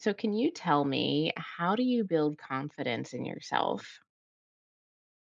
So, can you tell me how do you build confidence in yourself?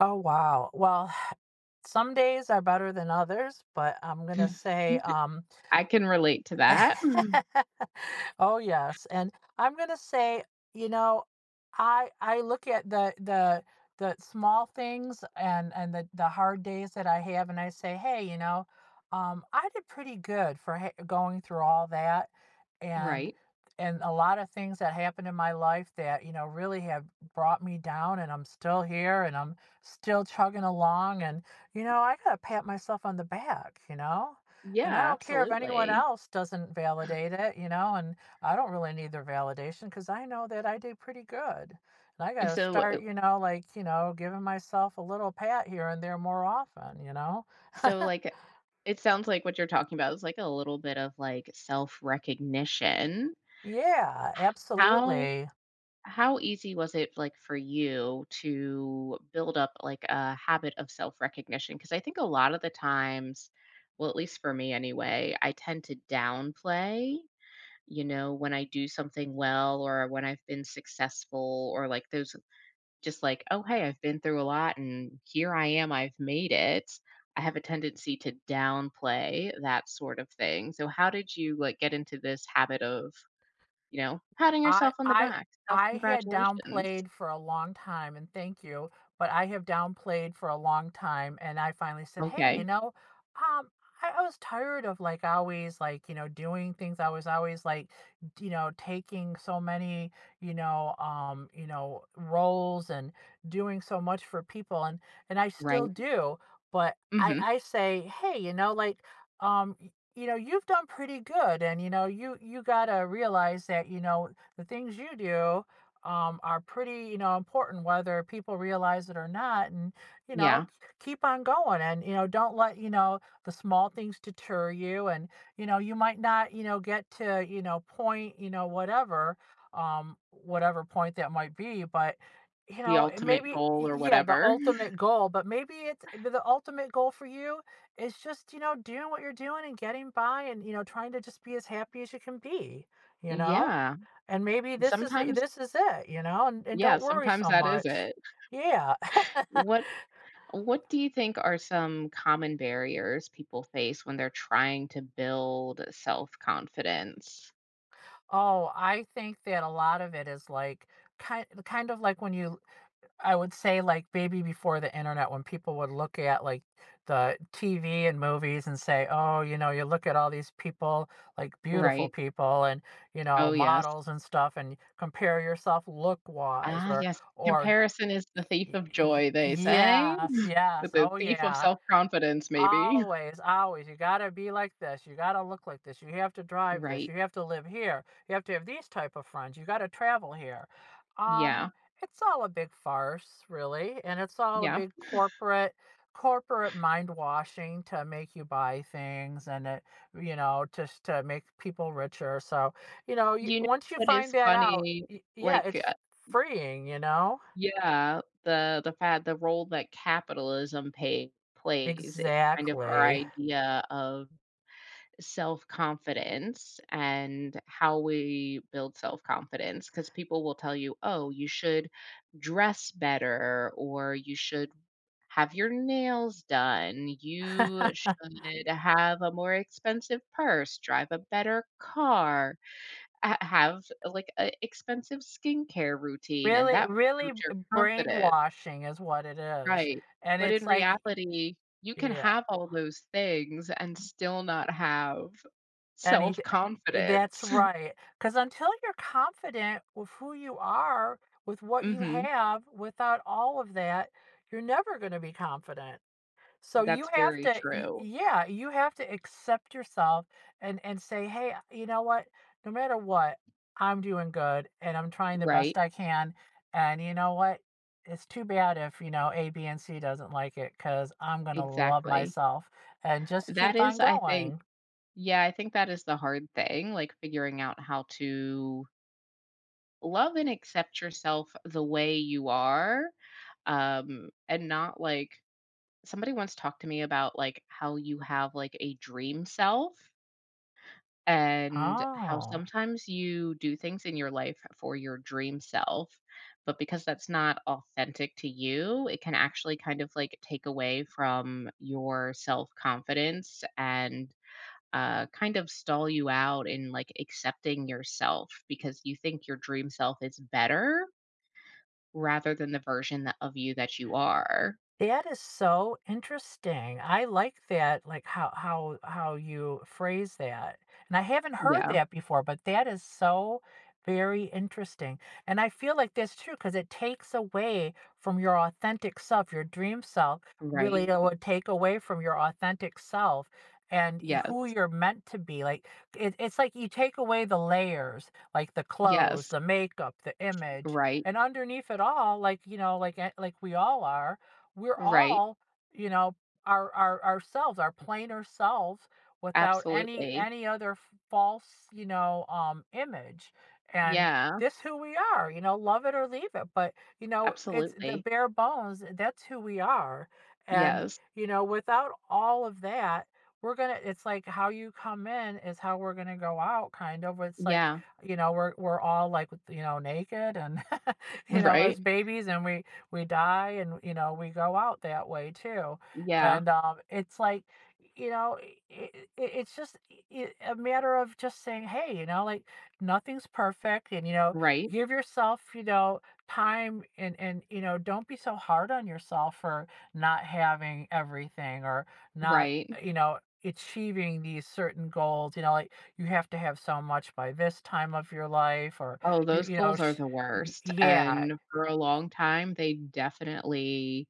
Oh, wow. Well, some days are better than others, but I'm going to Mhm. say, I can relate to that. Mhm. oh yes. And I'm gonna say, you know, I look at the the small things and and the hard days that I have, and I say, hey, you know, I did pretty good for going through all that. and Right. and a lot of things that happened in my life that you know really have brought me down, and I'm still here, and I'm still chugging along, and you know, I gotta pat myself on the back, you know. And I Yeah, don't care if anyone absolutely. else doesn't validate it, you know, and I don't really need their validation because I know that I do pretty good. And I got to So, start, uh, you know, like, you know, giving myself a little pat here and there more often, you know? so, it sounds like what you're talking about is like a little bit of like self recognition. Yeah, How absolutely. how easy was it like for you to build up like a habit of self recognition? Because I think a lot of the times, well, at least for me anyway, I tend to downplay. When I do something well or when I've been successful or like those just like, oh, hey, I've been through a lot and here I am, I've made it. I have a tendency to downplay that sort of thing. So how did you like get into this habit of, patting I yourself on the I back, self I had congratulations? downplayed for a long time, and thank you, but I have downplayed for a long time, and I finally said, "Hey, you Okay. know, um, I was tired of like always like you know doing things. I was always like, you know, taking so many you know roles and doing so much for people, and I still Right. do, but I Hmm. I say, hey, you know, like You know, you've done pretty good, and you know, you gotta realize that you know the things you do are pretty, you know, important whether people realize it or not. And you know, Yeah. Keep on going, and you know, don't let you know the small things deter you. And you know, you might not, you know, get to you know point, you know, whatever, whatever point that might be, but you The know it ultimate maybe goal or yeah the whatever. ultimate goal but maybe it's but the ultimate goal for you is just you know doing what you're doing and getting by and you know trying to just be as happy as you can be, you know. Yeah. And maybe this is Sometimes, this is it, you know, and yeah, don't worry sometimes so that is much. it. Yeah. What What do you think are some common barriers people face when they're trying to build self-confidence? Oh, I think that a lot of it is, like, kind of like when you I would say, like, maybe before the internet when people would look at, like, the TV and movies and say, "Oh, you know, you look at all these people, like, beautiful Right. people and, you know, Oh, yes. models and stuff, and compare yourself look-wise," Ah, yes. or d Comparison is the thief of y y joy, they say, yes, but yes, the oh, thief of yeah. self-confidence, maybe. Always, always. You gotta be like this. You gotta look like this. You have to drive this. Right. You have to live here. You have to have these type of friends. You gotta travel here. Um, Yeah. it's all a big farce, really, and it's all a Yeah. big corporate mind washing to make you buy things and it, you know, just to make people richer. So, you know, you, You know once you what find is that out, funny? Yeah, Like, it's freeing, you know? yeah, the fact the role that capitalism pay plays in kind of our Exactly. idea of self confidence and how we build self confidence because people will tell you, oh, you should dress better or you should have your nails done. You should have a more expensive purse, drive a better car, have like an expensive skincare routine, and Really that will really build your confidence. brainwashing is what it is, Right, and but it's in like y reality, you can yeah, have all those things and still not have any that's self-confidence. right. Because until you're confident with who you are, with what you Mhm, have, without all of that, you're never gonna be confident. So you that's have very to y true. yeah, you have to accept yourself and say, "Hey, you know what? No matter what, I'm doing good and I'm trying the best Right, I can, and you know what? It's too bad if, you know, A, B, and C doesn't like it, because I 'cause I'm gonna love exactly. myself and just That keep on is, I think, going." yeah, I think that is the hard thing, like, figuring out how to love and accept yourself the way you are, and not, like, somebody once talked to me about, like, how you have, like, a dream self and how Oh. sometimes you do things in your life for your dream self, but because that's not authentic to you, it can actually kind of like take away from your self confidence and kind of stall you out in like accepting yourself because you think your dream self is better rather than the version of you that you are. That is so interesting. I like that, like how you phrase that. And I haven't heard Yeah. that before, but that is so very interesting. And I feel like that's true because it takes away from your authentic self, your dream self, really it Right. would take away from your authentic self and who Yes. you're meant to be. Like it's like you take away the layers, like the clothes, Yes. the makeup, the image, Right. and underneath it all, like you know, like we all are we're Right. all, you know, our ourselves, our plainer selves without any Absolutely. any other false, you know, image. And Yeah. this who we are, you know, love it or leave it. But, you know, it's the Absolutely. bare bones, that's who we are. And, Yes. you know, without all of that, we're gonna it's like how you come in is how we're gonna go out kind of it's like Yeah. you know we're all like you know naked and you know Right? as babies and we die and, you know, we go out that way too. Yeah. And it's like, you know, it's just a matter of just saying, hey, you know, like nothing's perfect. And, you know, Right. give yourself, you know, time and, you know, don't be so hard on yourself for not having everything or not, Right. you know, achieving these certain goals you know like you have to have so much by this time of your life or Oh, you those you know goals are sh- the worst, yeah. and for a long time, they definitely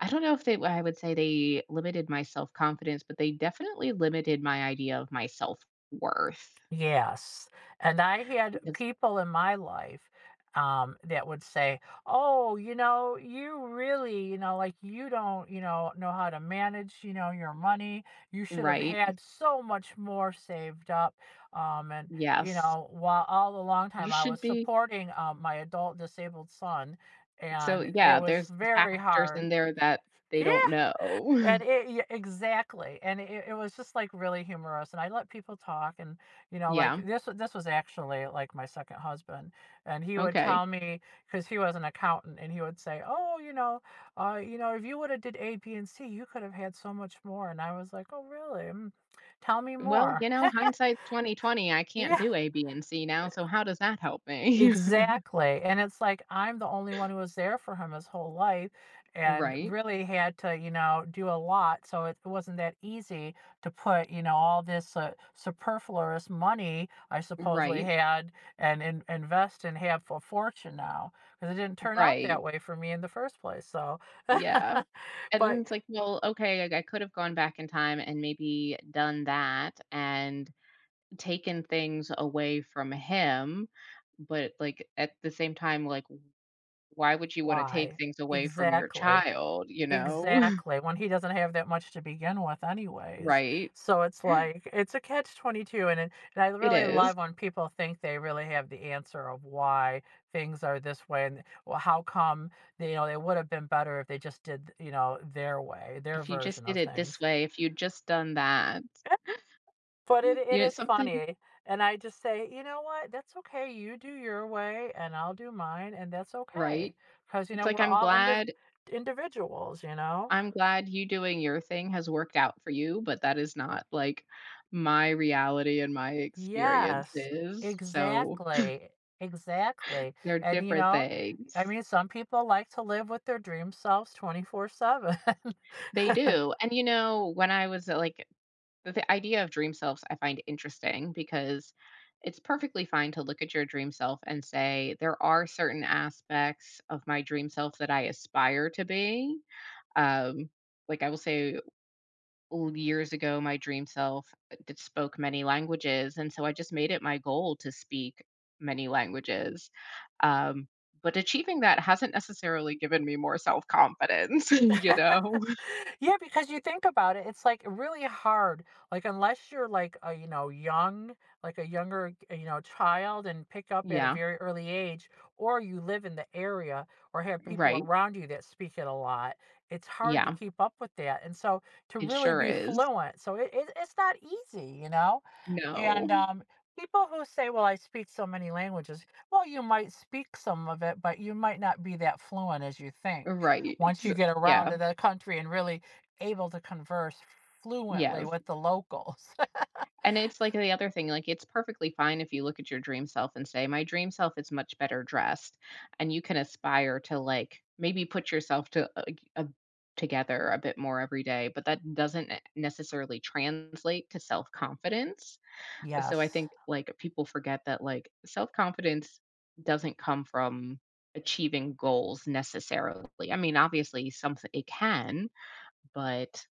I don't know if they I would say they limited my self-confidence, but they definitely limited my idea of my self-worth Yes, and I had because people in my life, that would say, "Oh, you know, you really, you know, like, you don't, you know how to manage, you know, your money. You should have Right? had so much more saved up." And, you Yes. know, while all the long You time I was should be supporting, my adult disabled son, so, and it yeah, was there's very factors hard. in there that they Yeah. don't know. And it yeah, exactly, and it was just, like, really humorous, and I let people talk, and, you know, like, Yeah. This was actually, like, my second husband, and he would Okay. tell me because he was an accountant, and he would say, "Oh, you know, if you woulda did A, B, and C, you could have had so much more," and I was like, "Oh, really? Mm. Tell me Well, more." you know, hindsight's 20/20. I can't Yeah. do A, B, and C now, so how does that help me? Exactly, and it's like, I'm the only one who was there for him his whole life and Right, really had to, you know, do a lot, so it wasn't that easy to put, you know, all this, superfluous money I supposedly right, had and in invest and have a fortune now, because it didn't turn out right, that way for me in the first place, so yeah, and but it's like, well, okay, like, I could have gone back in time and maybe done that and taken things away from him, but, like, at the same time, like, why would you wanna take why? things away from your Exactly. child, you know? Exactly, when he doesn't have that much to begin with anyways. Right, So it's like it's a catch-22, and it and I it really is. love when people think they really have the answer of why things are this way and, well, how come, they, you know, they would have been better if they just did, you know, their way, their If you just version did of it this things. way, if you'd just done that, But it you it know, is something funny, and I just say, "You know what? That's okay, you do your way, and I'll do mine, and that's okay, right? because you It's know, like, we're I'm all glad individuals, you know? I'm glad you doing your thing has worked out for you, but that is not, like, my reality and my Yes, experiences, so exactly, exactly, they're and, you different know, I things. mean, some people like to live with their dream selves 24/7. They do, and, you know, when I was, like the idea of dream selves I find interesting because it's perfectly fine to look at your dream self and say, "There are certain aspects of my dream self that I aspire to be." Um, like, I will say l years ago, my dream self, that spoke many languages, and so I just made it my goal to speak many languages, um, but achieving that hasn't necessarily given me more self-confidence, you know? Yeah, because you think about it, it's like really hard. Like unless you're like a you know young, like a younger you know child, and pick up at a Yeah, very early age, or you live in the area or have people right, around you that speak it a lot. It's hard to yeah, keep up with that, and so to it really sure be is. fluent, so it's not easy, you know. No, And people who say, "Well, I speak so many languages," well, you might speak some of it, but you might not be that fluent as you think. right, Once you get around yeah, to the country and really able to converse fluently yes. with the locals. And it's like the other thing, like, it's perfectly fine if you look at your dream self and say, "My dream self is much better dressed," and you can aspire to, like, maybe put yourself together a bit more every day, but that doesn't necessarily translate to self-confidence. So I Yes. think, like, people forget that, like, self-confidence doesn't come from achieving goals necessarily. I mean, obviously, something it can, but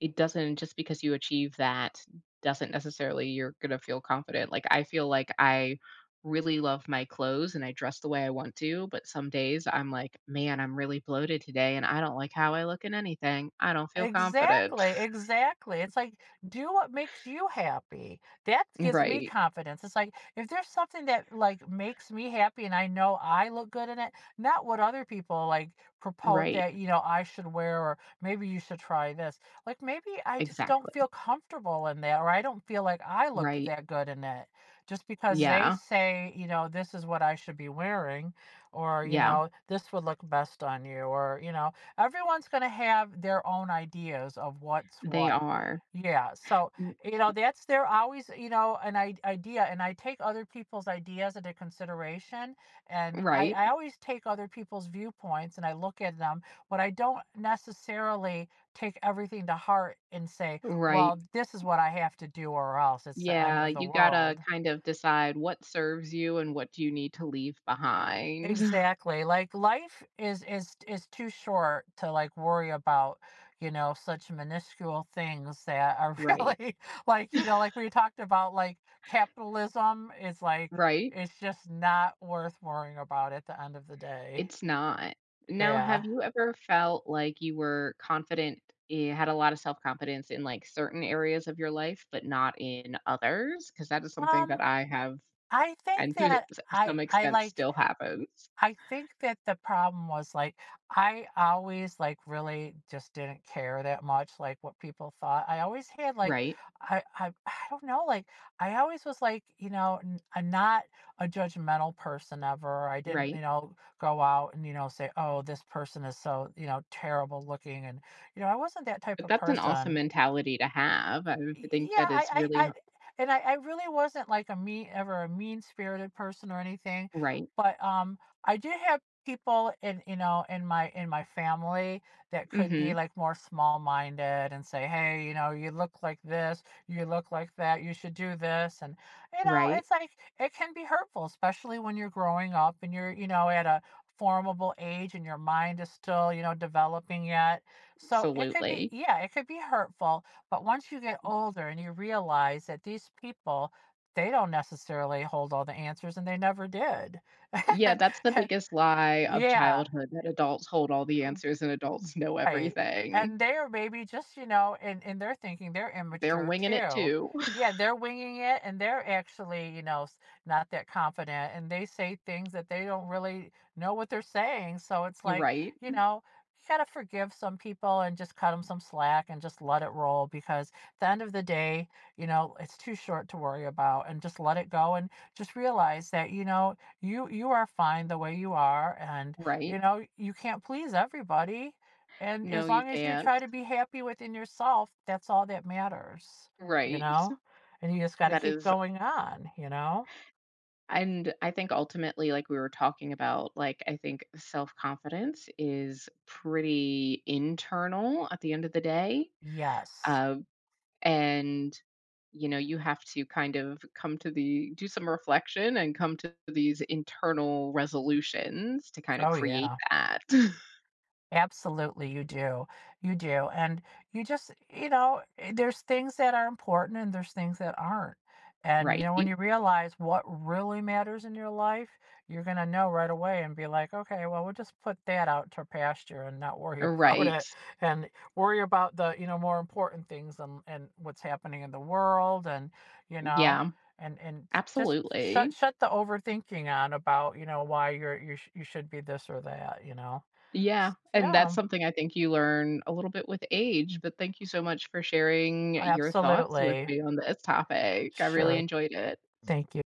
it doesn't just because you achieve that doesn't necessarily you're gonna feel confident. Like, I feel like I really love my clothes and I dress the way I want to, but some days I'm like, "Man, I'm really bloated today and I don't like how I look in anything. I don't feel confident." Exactly, exactly. It's like, do what makes you happy. That gives me Right. confidence. It's like if there's something that like makes me happy and I know I look good in it, not what other people like propose Right. that, you know, I should wear or maybe you should try this. Like maybe I just don't Exactly. feel comfortable in that or I don't feel like I look Right. that good in it. Just because they Yeah. say, you know, this is what I should be wearing or, you Yeah. know, this would look best on you or, you know, everyone's going to have their own ideas of what's They what. are. Yeah. So, N you know, that's they're always, you know, an idea. And I take other people's ideas into consideration. And Right. I always take other people's viewpoints and I look at them, but I don't necessarily take everything to heart and say, Right. well, this is what I have to do or else it's the end Yeah, of the you gotta world. kind of decide what serves you and what do you need to leave behind. Exactly, like, life is too short to, like, worry about, you know, such minuscule things that are Right. really like, you know, like, we talked about, like, capitalism is, like Right. it's just not worth worrying about at the end of the day. It's not. Now, Yeah. have you ever felt like you were had a lot of self-confidence in, like, certain areas of your life, but not in others? Because that is something that Um, I have, I think and to that s some extent like still happens. I think that the problem was, like, I always, like, really just didn't care that much, like, what people thought. I always had, like, Right, I don't know, like, I always was, like, you know, n I'm not a judgmental person ever. I didn't, you right. know, go out and, you know, say, "Oh, this person is so, you know, terrible looking," and, you know, I wasn't that type But of that's an awesome person. mentality to have. I would think Yeah, that it's really h and I really wasn't like a mean, ever a mean-spirited person or anything, right. but I did have people in, you know, in my family that could be Mhm. like more small-minded and say, hey, you know, you look like this, you look like that, you should do this, and you know, Right. it's like it can be hurtful, especially when you're growing up and you're, you know, at a formable age and your mind is still, you know, developing yet. So it could be, Absolutely. yeah, it could be hurtful but once you get older and you realize that these people, they don't necessarily hold all the answers and they never did. Yeah, that's the biggest lie of Yeah. childhood, that adults hold all the answers and adults know Right. everything. And they are maybe just, you know, and they're thinking they're They're immature winging it too. too. Yeah, they're winging it and they're actually, you know, not that confident and they say things that they don't really know what they're saying. So it's You're like, right, you know, you got to forgive some people and just cut them some slack and just let it roll because at the end of the day, you know, it's too short to worry about and just let it go and just realize that, you know, you are fine the way you are and, you right. know, you can't please everybody and No, as you long as you can't. try to be happy within yourself, that's all that matters, you Right. know? And you just got to That keep is, going on, you know? and I think ultimately, like we were talking about, like, I think self-confidence is pretty internal at the end of the day. Yes. Uh, and you know, you have to kind of come to the do some reflection and come to these internal resolutions to kind of Oh, create yeah. that. Absolutely, you do. You do. And you just, you know, eh, there's things that are important and there's things that aren't. And, you Right. know, when you realize what really matters in your life, you're going to know right away and be like, okay, well, we'll just put that out to pasture and not worry about Right. it and worry about the, you know, more important things and what's happening in the world and, you know, Yeah, and just absolutely. shut the overthinking on about you know why you're you, you should be this or that you know Yeah, and that's yeah, something I think you learn a little bit with age, but thank you so much for sharing your thoughts with absolutely. me on this topic. I really Sure. enjoyed it. Thank you.